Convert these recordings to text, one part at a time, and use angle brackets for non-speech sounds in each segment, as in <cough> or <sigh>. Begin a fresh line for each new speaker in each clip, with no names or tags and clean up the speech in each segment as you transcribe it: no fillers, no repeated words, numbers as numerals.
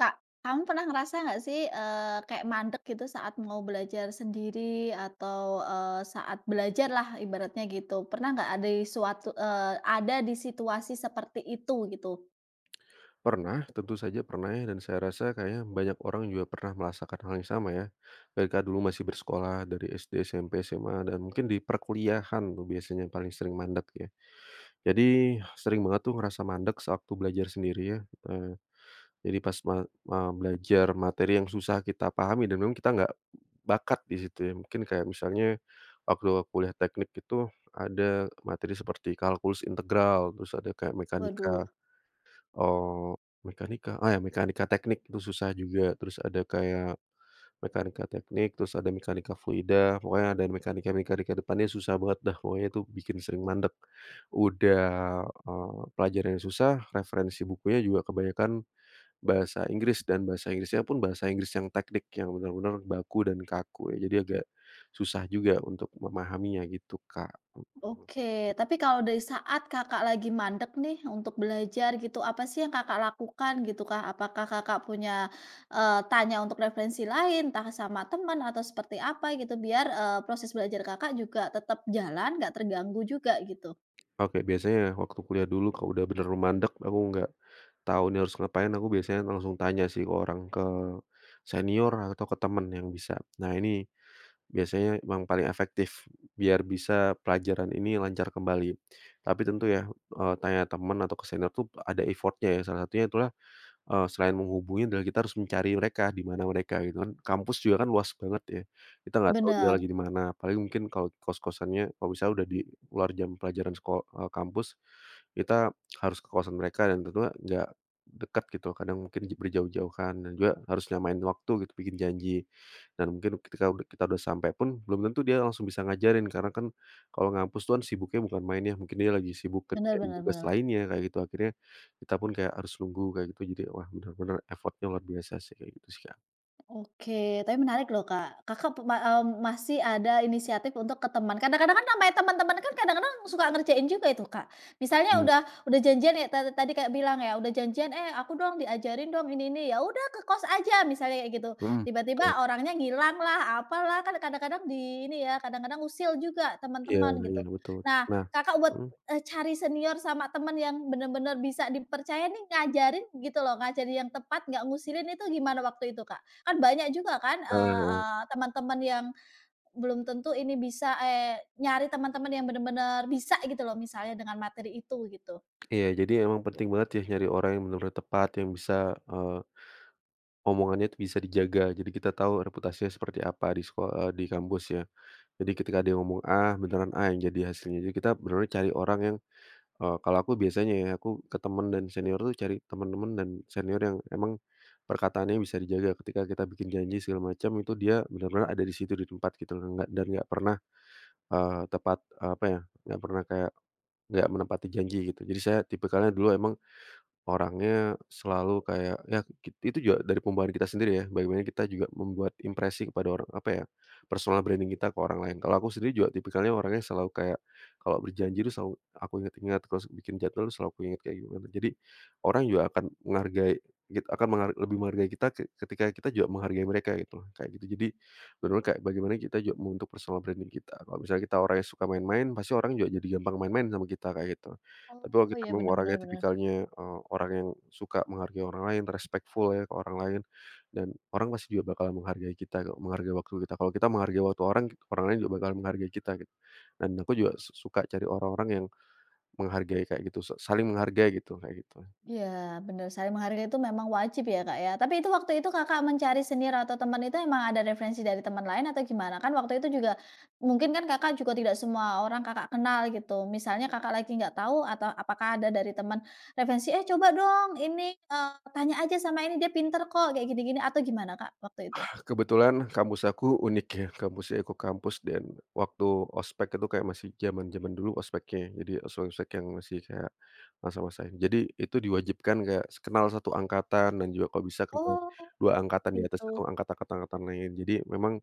Kak, kamu pernah ngerasa nggak sih, kayak mandek gitu saat mau belajar sendiri atau, saat belajar lah ibaratnya gitu. Pernah nggak ada di suatu ada di situasi seperti itu gitu?
Pernah, tentu saja pernah ya, dan saya rasa kayaknya banyak orang juga pernah merasakan hal yang sama ya. Ketika dulu masih bersekolah dari SD, SMP, SMA, dan mungkin di perkuliahan tuh biasanya paling sering mandek ya. Jadi sering banget tuh ngerasa mandek sewaktu belajar sendiri ya. Eee, jadi pas belajar materi yang susah kita pahami dan memang kita nggak bakat di situ ya. Mungkin kayak misalnya waktu kuliah teknik itu ada materi seperti kalkulus integral, terus ada kayak
Waduh.
mekanika. Oh, mekanika, ah, ya mekanika teknik itu susah juga, terus ada kayak mekanika teknik, terus ada mekanika fluida, pokoknya ada mekanika-mekanika depannya susah banget dah, pokoknya itu bikin sering mandek. Udah, pelajaran yang susah, referensi bukunya juga kebanyakan bahasa Inggris dan bahasa Inggrisnya pun bahasa Inggris yang teknik, yang benar-benar baku dan kaku ya, jadi agak susah juga untuk memahaminya gitu, Kak.
Oke, tapi kalau dari saat Kakak lagi mandek nih untuk belajar gitu, apa sih yang Kakak lakukan gitu, Kak? Apakah Kakak punya, tanya untuk referensi lain, entah sama teman atau seperti apa gitu biar, proses belajar Kakak juga tetap jalan, nggak terganggu juga gitu?
Oke, biasanya ya waktu kuliah dulu kalau udah bener mandek aku nggak tahu nih harus ngapain, aku biasanya langsung tanya sih ke orang, ke senior atau ke temen yang bisa. Nah ini biasanya yang paling efektif biar bisa pelajaran ini lancar kembali. Tapi tentu ya, tanya temen atau ke senior tuh ada effortnya ya, salah satunya itulah selain menghubungi adalah kita harus mencari mereka, di mana mereka gitu kan. Kampus juga kan luas banget ya, kita nggak tahu dia
Bener.
lagi di mana, paling mungkin kalau kos-kosannya kalau bisa udah di luar jam pelajaran sekolah kampus, kita harus ke kosan mereka dan tentunya nggak dekat gitu, kadang mungkin j berjauh-jauhan dan juga harus nyamain waktu gitu, bikin janji. Dan mungkin ketika kita udah sampai pun belum tentu dia langsung bisa ngajarin karena kan kalau ngampus tuh kan sibuknya bukan main ya, mungkin dia lagi sibuk
Benar,
kerjain
benar,
tugas
benar.
lainnya kayak gitu, akhirnya kita pun kayak harus nunggu kayak gitu, jadi wah bener-bener effort-nya luar biasa sih kayak gitu sih, Kak.
Oke, tapi menarik loh Kak. Kakak masih ada inisiatif untuk ke teman. Kadang-kadang kan namanya teman-teman kan kadang-kadang suka ngerjain juga itu Kak. Misalnya
Mmm,
udah janjian ya tadi kayak bilang ya, udah janjian, "Eh aku dong diajarin dong ini ini." Ya udah ke kos aja misalnya kayak gitu.
mhm. Betul,
Tiba-tiba orangnya ngilang lah, apalah, kan kadang-kadang di ini ya, kadang-kadang usil juga
iya
teman-teman
iya
gitu.
betul.
Nah
Nah,
Kakak buat,
mhm,
cari senior sama teman yang benar-benar bisa dipercaya nih ngajarin gitu loh, ngajarin yang tepat nggak ngusilin itu gimana waktu itu Kak? Kan banyak juga kan,
heeh
eee
heeh.
eee, teman-teman yang belum tentu ini bisa nyari teman-teman yang benar-benar bisa gitu loh misalnya dengan materi itu gitu.
Iya, jadi emang penting banget ya nyari orang yang bener-bener tepat, yang bisa, eee, omongannya itu bisa dijaga. Jadi kita tahu reputasinya seperti apa di kampus ya. Jadi ketika dia ngomong A, beneran A yang jadi hasilnya. Jadi kita bener-bener cari orang yang kalau aku biasanya ya, aku ke teman dan senior tuh cari teman-teman dan senior yang emang perkataannya bisa dijaga ketika kita bikin janji segala macam itu dia benar-benar ada di situ di tempat gitu loh, nggak pernah, tepat, apa ya, nggak pernah kayak nggak menepati janji gitu. Jadi saya tipikalnya dulu emang orangnya selalu kayak ya itu juga dari pembawaan kita sendiri ya, bagaimana kita juga membuat impresi kepada orang apa ya, personal branding kita ke orang lain. Kalau aku sendiri juga tipikalnya orangnya selalu kayak kalau berjanji itu selalu aku ingat-ingat, kalau bikin jadwal selalu aku ingat kayak gimana. Jadi orang juga akan menghargai git akan menghar lebih menghargai kita ketika kita juga menghargai mereka gitu loh, kayak gitu. Jadi benar bener kayak bagaimana kita juga membentuk personal branding kita. Kalau misalnya kita orangnya suka main-main, pasti orang juga jadi gampang main-main sama kita, kayak gitu. Tapi kalau
Oh,
kita
iya,
memang orangnya
benar-benar.
tipikalnya, orang yang suka menghargai orang lain, respectful ya ke orang lain, dan orang pasti juga bakal menghargai kita kok, menghargai waktu kita. Kalau kita menghargai waktu orang, orang lain juga bakal menghargai kita gitu. Dan aku juga suka cari orang-orang yang menghargai kayak gitu, saling menghargai gitu, kayak gitu.
Iya, bener, saling menghargai itu memang wajib ya, Kak, ya. Tapi itu waktu itu Kakak mencari senior atau teman itu emang ada referensi dari teman lain atau gimana? Kan waktu itu juga mungkin kan Kakak juga tidak semua orang Kakak kenal gitu. Misalnya Kakak lagi nggak tahu atau apakah ada dari teman referensi, "Eh, coba dong ini, tanya aja sama ini dia pinter kok," kayak gini-gini atau gimana, Kak, waktu itu?
Kebetulan kampus aku unik ya, kampusnya ekokampus dan waktu ospek itu kayak masih zaman-zaman dulu ospeknya, jadi ospek-ospek yang masih kayak masa-masa ini. Jadi itu diwajibkan kayak kenal satu angkatan dan juga kalau bisa kenal
Oh,
2 angkatan di atas
gitu.
satu angkatan angkatan lain. Jadi memang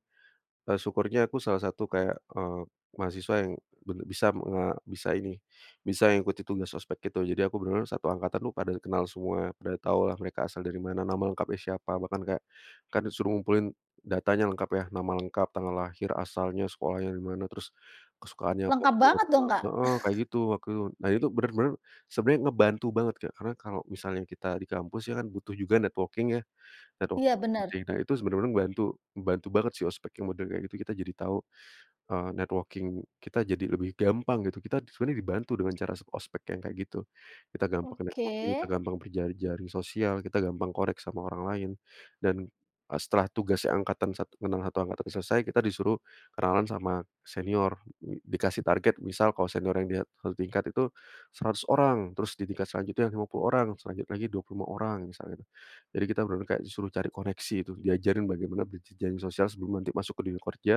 Syukurnya aku salah satu kayak, mahasiswa yang bener bisa ini, bisa ngikuti tugas ospek gitu. Jadi aku bener-bener satu angkatan tuh pada kenal semua, pada tahulah mereka asal dari mana, nama lengkapnya siapa, bahkan kayak kan disuruh ngumpulin datanya lengkap ya, nama lengkap, tanggal lahir, asalnya, sekolahnya di mana, terus kesukaannya apa
Lengkap banget dong,
<unintelligible>
Kak.
heeh, kayak gitu waktu itu. Nah itu bener-bener sebenarnya ngebantu banget, Kak, karena kalau misalnya kita di kampus ya kan butuh juga networking ya. Dan waktu
Iya,
itu
bener.
penting. Nah itu sebenarnya membantu, membantu banget sih ospek yang model kayak gitu, kita jadi tahu, networking kita jadi lebih gampang gitu, kita sebenarnya dibantu dengan cara ospek yang kayak gitu. Kita gampang
Oke.
networking, kita gampang berjaring sosial, kita gampang korek sama orang lain. Dan, setelah tugas angkatan satu kenal satu angkatan selesai, kita disuruh kenalan sama senior, dikasih target misal kalau senior yang di satu tingkat itu 100 orang, terus di tingkat selanjutnya 50 orang, selanjutnya lagi 25 orang misalnya gitu. Jadi kita benar bener kayak disuruh cari koneksi itu, diajarin bagaimana berjejaring sosial sebelum nanti masuk ke dunia kerja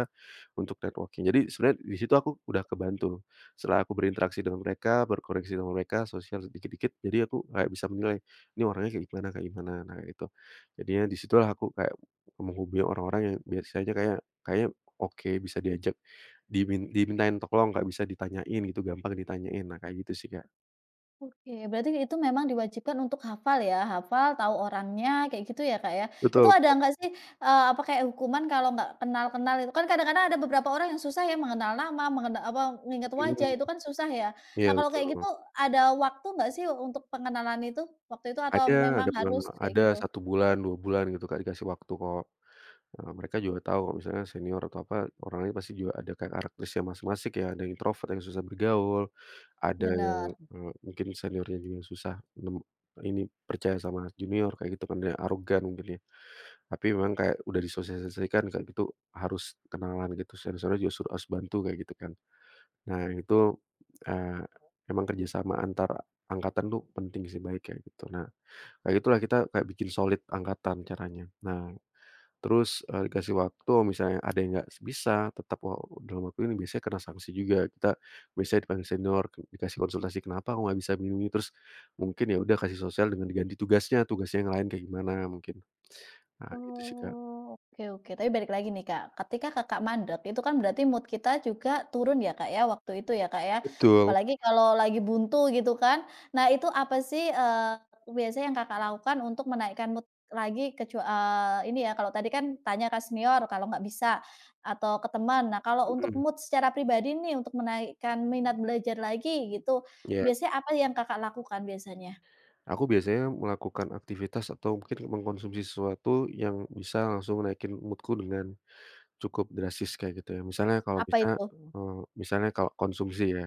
untuk networking. Jadi sebenarnya di situ aku udah kebantu. Setelah aku berinteraksi dengan mereka, berkoneksi sama mereka, sosial sedikit dikit jadi aku kayak bisa menilai, ini orangnya kayak gimana, nah itu. Jadinya di situlah aku kayak menghubungi orang-orang yang biasanya kayak kayaknya oke, bisa diajak, dimintain tolong, nggak bisa ditanyain gitu, gampang ditanyain, nah kayak gitu sih, Kak.
Oke, berarti itu memang diwajibkan untuk hafal ya, hafal, tahu orangnya, kayak gitu ya Kak ya? Itu
Betul,
ada nggak sih, apa kayak hukuman kalau nggak kenal-kenal itu? Kan kadang-kadang ada beberapa orang yang susah ya mengenal nama, nginget wajah,
mhm,
itu kan susah ya.
iya
Nah kalau kayak gitu,
betul.
ada waktu nggak sih untuk pengenalan itu? Waktu itu atau
Ada
memang
ada
harus
pengalaman
kayak
ada
gitu?
satu bulan, 2 bulan gitu, Kak, dikasih waktu kok. Mereka juga tahu kalau misalnya senior atau apa, orangnya pasti juga ada kayak karakteristiknya masing-masing ya, ada yang introvert, yang susah bergaul, ada yang,
Bener.
mungkin seniornya juga susah nem ini percaya sama junior kayak gitu kan, ada yang arogan mungkin ya. Tapi memang kayak udah disosialisasikan kayak gitu harus kenalan gitu, senior-senior juga suruh harus bantu kayak gitu kan. Nah itu, eee, emang kerjasama antar angkatan tuh penting sih baik kayak gitu. Nah, kayak gitulah kita kayak bikin solid angkatan caranya. Nah, terus, dikasih waktu misalnya ada yang nggak bisa tetap dalam waktu ini biasanya kena sanksi juga. Kita biasanya dipanggil senior, dikasih konsultasi, "Kenapa kok nggak bisa begini begini?" Terus mungkin ya udah kasih sosial dengan diganti tugasnya, tugasnya yang lain kayak gimana mungkin. Nah gitu sih, Kak.
Oh, oke, oke. Tapi balik lagi nih, Kak, ketika Kakak mandek itu kan berarti mood kita juga turun ya, Kak, ya, waktu itu ya, Kak, ya?
Betul,
Apalagi kalau lagi buntu gitu kan. Nah, itu apa sih, biasanya yang Kakak lakukan untuk menaikkan mood lagi kecuali ini ya, kalau tadi kan tanya ke senior kalau nggak bisa atau ke teman. Nah, kalau untuk
mhm,
mood secara pribadi nih untuk menaikkan minat belajar lagi gitu,
iya.
biasanya apa yang Kakak lakukan biasanya?
Aku biasanya melakukan aktivitas atau mungkin mengkonsumsi sesuatu yang bisa langsung naikin moodku dengan cukup drastis kayak gitu ya. Misalnya kalau
Apa
bisa,
itu?
misalnya kalau konsumsi ya.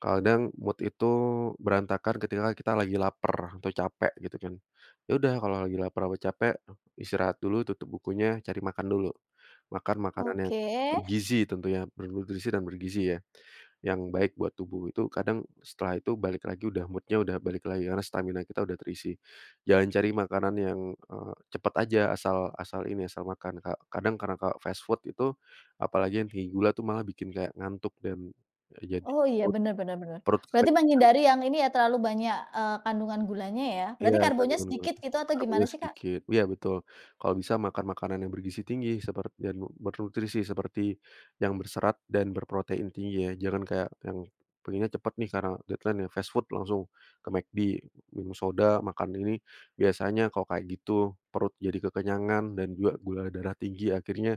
Kadang mood itu berantakan ketika kita lagi lapar atau capek gitu kan. Ya udah kalau lagi lapar atau capek, istirahat dulu, tutup bukunya, cari makan dulu. Makan makanan yang
Oke.
bergizi tentunya, bernutrisi dan bergizi ya, yang baik buat tubuh. Itu kadang setelah itu balik lagi udah moodnya udah balik lagi karena stamina kita udah terisi. Jangan cari makanan yang, cepet aja asal asal ini, asal makan, Kak. Kadang karena fast food itu apalagi yang tinggi gula tuh malah bikin kayak ngantuk dan, jadi
Oh iya, bener, bener, bener.
perut
Berarti
Kakak
menghindari yang ini ya, terlalu banyak, kandungan gulanya ya?
iya
Berarti karbonya
kandungan gula,
sedikit gitu atau gimana
karbonya
sih, Kak?
sedikit. Iya betul. Kalau bisa makan makanan yang bergizi tinggi sepert dan bernutrisi seperti yang berserat dan berprotein tinggi ya, jangan kayak yang pengennya cepet nih karena deadline ya, fast food langsung ke McD, minum soda, makan ini. Biasanya kalau kayak gitu perut jadi kekenyangan dan juga gula darah tinggi akhirnya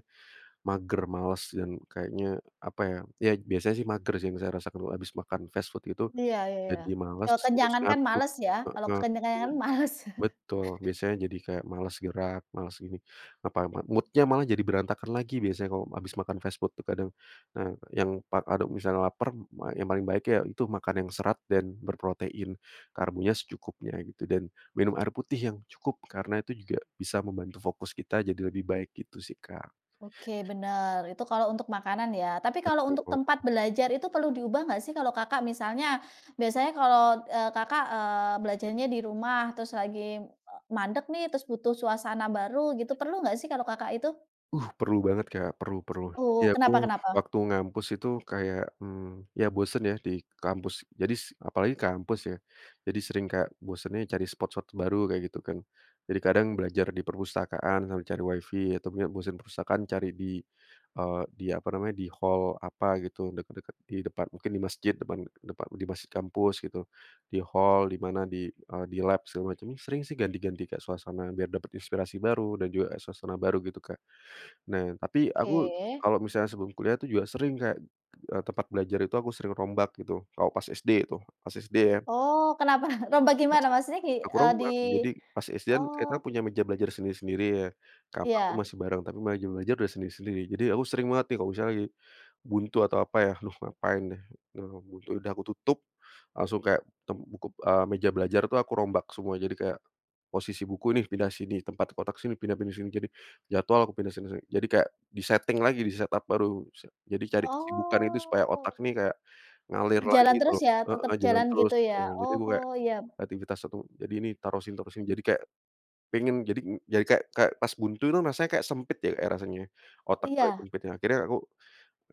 mager, males dan kayaknya apa ya, ya biasanya sih mager sih yang saya rasakan kalau habis makan fast food gitu,
Iya, iya, iya.
jadi males terus
Kekenyangan kan
ngantuk.
males ya, kalau
Heeh.
kekenyangan males. <laughs>
Betul, biasanya jadi kayak malas gerak, malas gini, apa, mood malah jadi berantakan lagi biasanya kalau habis makan fast food tuh kadang. Nah, yang pa aduh misalnya lapar yang paling baik ya itu makan yang serat dan berprotein, karbonya secukupnya gitu, dan minum air putih yang cukup, karena itu juga bisa membantu fokus kita jadi lebih baik gitu sih, Kak.
Oke, bener. Itu kalau untuk makanan ya. Tapi kalau untuk
Betul.
tempat belajar itu perlu diubah nggak sih kalau Kakak misalnya biasanya kalau, Kakak, belajarnya di rumah, terus lagi, mandek nih, terus butuh suasana baru gitu, perlu nggak sih kalau Kakak itu?
Perlu banget Kak, perlu perlu.
Oh,
Jadi
kenapa,
aku
kenapa?
waktu ngampus itu kayak, mmm, ya bosen ya di kampus. Jadi apalagi kampus ya, jadi sering kayak bosennya cari spot-spot baru kayak gitu kan. Jadi kadang belajar di perpustakaan sambil cari wifi atau mungkin bosen perpustakaan cari di, di apa namanya, di hall apa gitu, deket-deket di depan mungkin di masjid, depan depan di masjid kampus gitu, di hall, di mana, di, di lab segala macam. Sering sih ganti-ganti Kak suasana biar dapet inspirasi baru dan juga suasana baru gitu Kak. Nah, tapi aku
Oke.
kalau misalnya sebelum kuliah tuh juga sering kayak, tempat belajar itu aku sering rombak gitu, kalau pas SD itu, pas SD ya,
Oh, kenapa? <laughs> Lomba
pas
gimana?
aku
Di
rombak. Jadi pas SD-an kita
oh,
punya meja belajar sendiri-sendiri ya, kamar tuh
iya.
masih bareng, tapi meja belajar udah sendiri-sendiri. Jadi aku sering banget nih kalau misalnya lagi buntu atau apa ya, aduh ngapain deh, buntu udah aku tutup, langsung kayak meja belajar tuh aku rombak semua. Jadi kayak posisi buku nih pindah sini, tempat kotak sini, pindah pindah sini. Jadi jadwal aku pindah sini sini. Jadi kayak di-setting lagi, di-setup baru. Jadi cari kesibukan itu supaya otak
Oh,
nih kayak ngalir lagi
jalan
gitu
terus
loh.
ya, tetap
Heeh, jalan
jalan
terus,
gitu ya?
jadi
Oh,
gue kayak
oh iya,
aktivitas satu jadi ini taruh sini, jadi kayak pengen jadi kayak kayak pas buntu itu rasanya kayak sempit ya kayak rasanya, otak tuh kayak
iya,
sempit ya. Akhirnya aku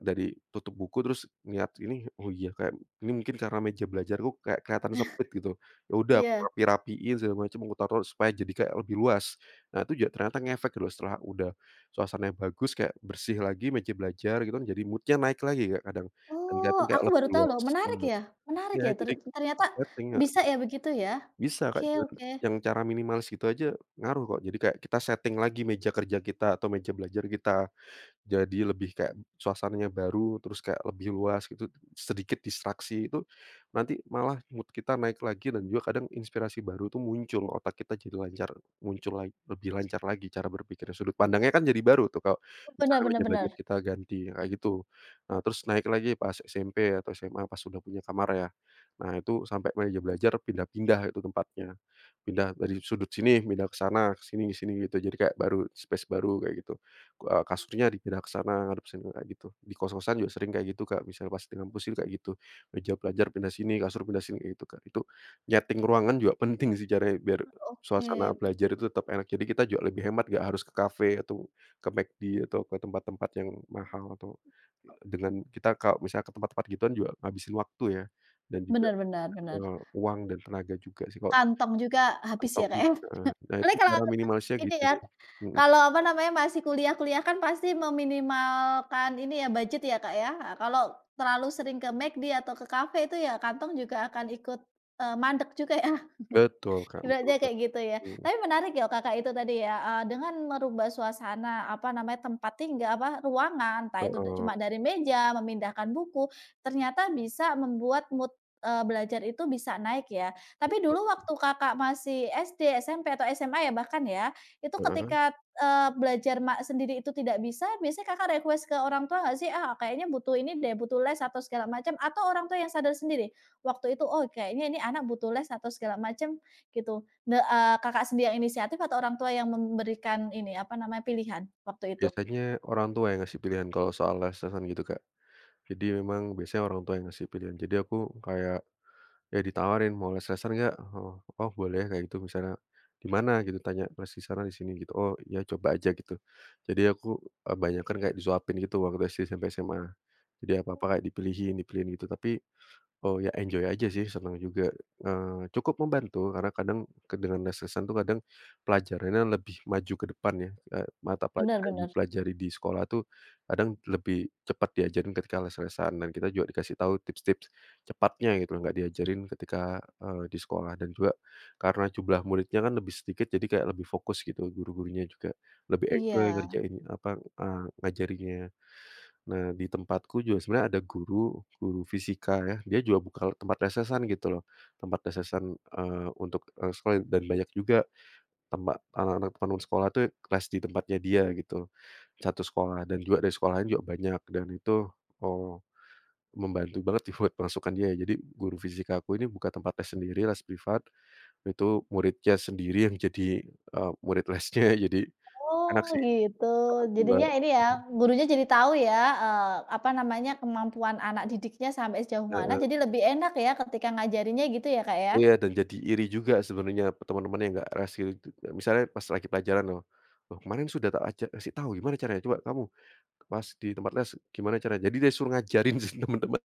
dari tutup buku terus niat ini, oh iya kayak ini mungkin karena meja belajarku kayak kelihatan sempit gitu. Ya udah aku
iya.
rapi-rapiin segala macam, aku taruh supaya jadi kayak lebih luas. Nah itu juga ternyata ngefek gitu loh, setelah udah suasananya bagus kayak bersih lagi meja belajar gitu kan jadi mood naik lagi Kak kadang, dan
Oh,
keliatan kayak
aku
lebih
baru tahu loh,
luas.
menarik
Bener.
ya, menarik
Iya
ya,
jadi
ternyata
setting,
bisa
heeh,
ya begitu ya?
bisa
Oke,
Kak dengan
oke.
yang cara minimalis gitu aja ngaruh kok. Jadi kayak kita setting lagi meja kerja kita atau meja belajar kita. Jadi lebih kayak suasananya baru, terus kayak lebih luas gitu, sedikit distraksi itu nanti malah mood kita naik lagi dan juga kadang inspirasi baru tuh muncul, otak kita jadi lancar muncul lagi lebih lancar lagi cara berpikirnya, sudut pandangnya kan jadi baru tuh kalau
Benar,
misalnya
benar,
meja
benar.
belajar kita ganti, kayak gitu. Nah terus naik lagi pas SMP atau SMA pas sudah punya kamar ya, nah itu sampai meja belajar pindah-pindah itu tempatnya, pindah dari sudut sini, pindah ke sana, ke sini gitu, jadi kayak baru space baru kayak gitu. Kasurnya dipindah ke sana, ngadep sini kayak gitu. Di kos-kosan juga sering kayak gitu, Kak, misal pas di kampus itu kayak gitu. Meja belajar pindah sini, kasur pindah sini kayak gitu, Kak. Itu nyeting ruangan juga penting sih caranya biar suasana
Oke.
belajar itu tetap enak. Jadi kita juga lebih hemat, nggak harus ke kafe atau ke McD atau ke tempat-tempat yang mahal atau dengan kita kalau misalnya ke tempat-tempat gituan juga ngabisin waktu ya dan juga,
Benar, benar, benar.
uang dan tenaga juga sih kalau
Kantong juga habis ya,
mentok
Kak, ya?
juga heeh. Nah itu
Paling kalau
cara minimalisnya
ini
gitu
ya,
sih. Mhm.
kalau apa namanya, masih kuliah-kuliah kan pasti meminimalkan ini ya, budget ya, Kak, ya. Heeh, kalau terlalu sering ke McD atau ke kafe itu ya kantong juga akan ikut, mandek juga ya.
Betul, Kak, betul
Ibaratnya
banget.
kayak gitu ya.
Mhm.
Tapi menarik ya Kakak itu tadi ya, dengan merubah suasana, apa namanya, tempat tinggal apa, ruangan, entah itu
Heeh,
cuma dari meja, memindahkan buku, ternyata bisa membuat mood, belajar itu bisa naik ya. Tapi dulu
betul,
waktu Kakak masih SD, SMP, atau SMA ya bahkan ya, itu
heeh.
ketika, belajar mak sendiri itu tidak bisa, biasanya Kakak request ke orang tua nggak sih? "Ah, kayaknya butuh ini deh, butuh les," atau segala macam, atau orang tua yang sadar sendiri waktu itu, "Oh, kayaknya ini anak butuh les," atau segala macam? Gitu. Kakak sendiri yang inisiatif atau orang tua yang memberikan ini, apa namanya, pilihan waktu itu?
Biasanya orang tua yang ngasih pilihan kalau soal les-lesan gitu, Kak. Jadi memang biasanya orang tua yang ngasih pilihan. Jadi aku kayak, ya ditawarin, "Mau les-lesan nggak?" Oh oh, boleh kayak gitu misalnya, "Di mana?" gitu tanya, "Les di sana, di sini," gitu. "Oh, ya coba aja," gitu. Jadi aku, banyakan kayak disuapin gitu waktu SD sampai SMA. Jadi apa-apa kayak dipilihin dipilihin gitu, tapi oh, ya enjoy aja sih, senang juga, cukup membantu karena kadang dengan les lesan tuh kadang pelajarannya lebih maju ke depan ya, mata
Bener,
pelajaran yang
bener.
dipelajari di sekolah tuh kadang lebih cepat diajarin ketika les-lesan dan kita juga dikasih tahu tips-tips cepatnya gitu, nggak diajarin ketika, di sekolah dan juga karena jumlah muridnya kan lebih sedikit jadi kayak lebih fokus gitu guru-gurunya juga, lebih enjoy
Iya.
ngerjain apa, ngajarinnya. Nah, di tempatku juga sebenarnya ada guru fisika ya, dia juga buka tempat lesesan gitu loh, tempat lesesan, untuk, sekolah dan banyak juga tempat anak-anak teman sekolah tuh kelas di tempatnya dia gitu, satu sekolah dan juga dari sekolah lain juga banyak dan itu, oh membantu banget sih <laughs> buat masukan dia. Jadi guru fisika aku ini buka tempat les sendiri, les privat, itu muridnya sendiri yang jadi, murid lesnya, <laughs> jadi enak
Oh,
sih
gitu.
berdua.
Jadinya ini ya, gurunya jadi tahu ya, apa namanya, kemampuan anak didiknya sampai sejauh mana, jadi lebih enak ya ketika ngajarinnya gitu ya, Kak, ya?
Iya, dan jadi iri juga sebenarnya teman-teman yang nggak ras gitu, misalnya pas lagi pelajaran loh, "Loh kemarin sudah tak aja kasih tahu gimana caranya? Coba kamu pas di tempat les gimana caranya?" Jadi dia suruh ngajarin <laughs> sih teman-teman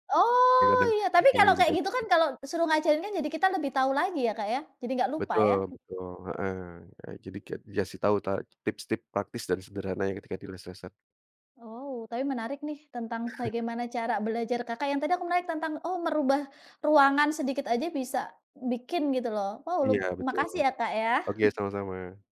ya
Oh,
kadang
iya, tapi
emang
kalau kayak
kayak
gitu
gitu.
kan kalau suruh ngajarin kan jadi kita lebih tahu lagi ya, Kak, ya? Jadi nggak lupa ya?
Betul betul, heeh, jadi kayak dikasih tahu tips-tips praktis dan sederhananya ketika di les-lesan.
Oh, tapi menarik nih tentang bagaimana cara belajar Kakak, yang tadi aku menarik tentang, oh merubah ruangan sedikit aja bisa bikin gitu loh. Wow, lu
Iya betul.
makasih ya Kak ya.
Oke sama-sama.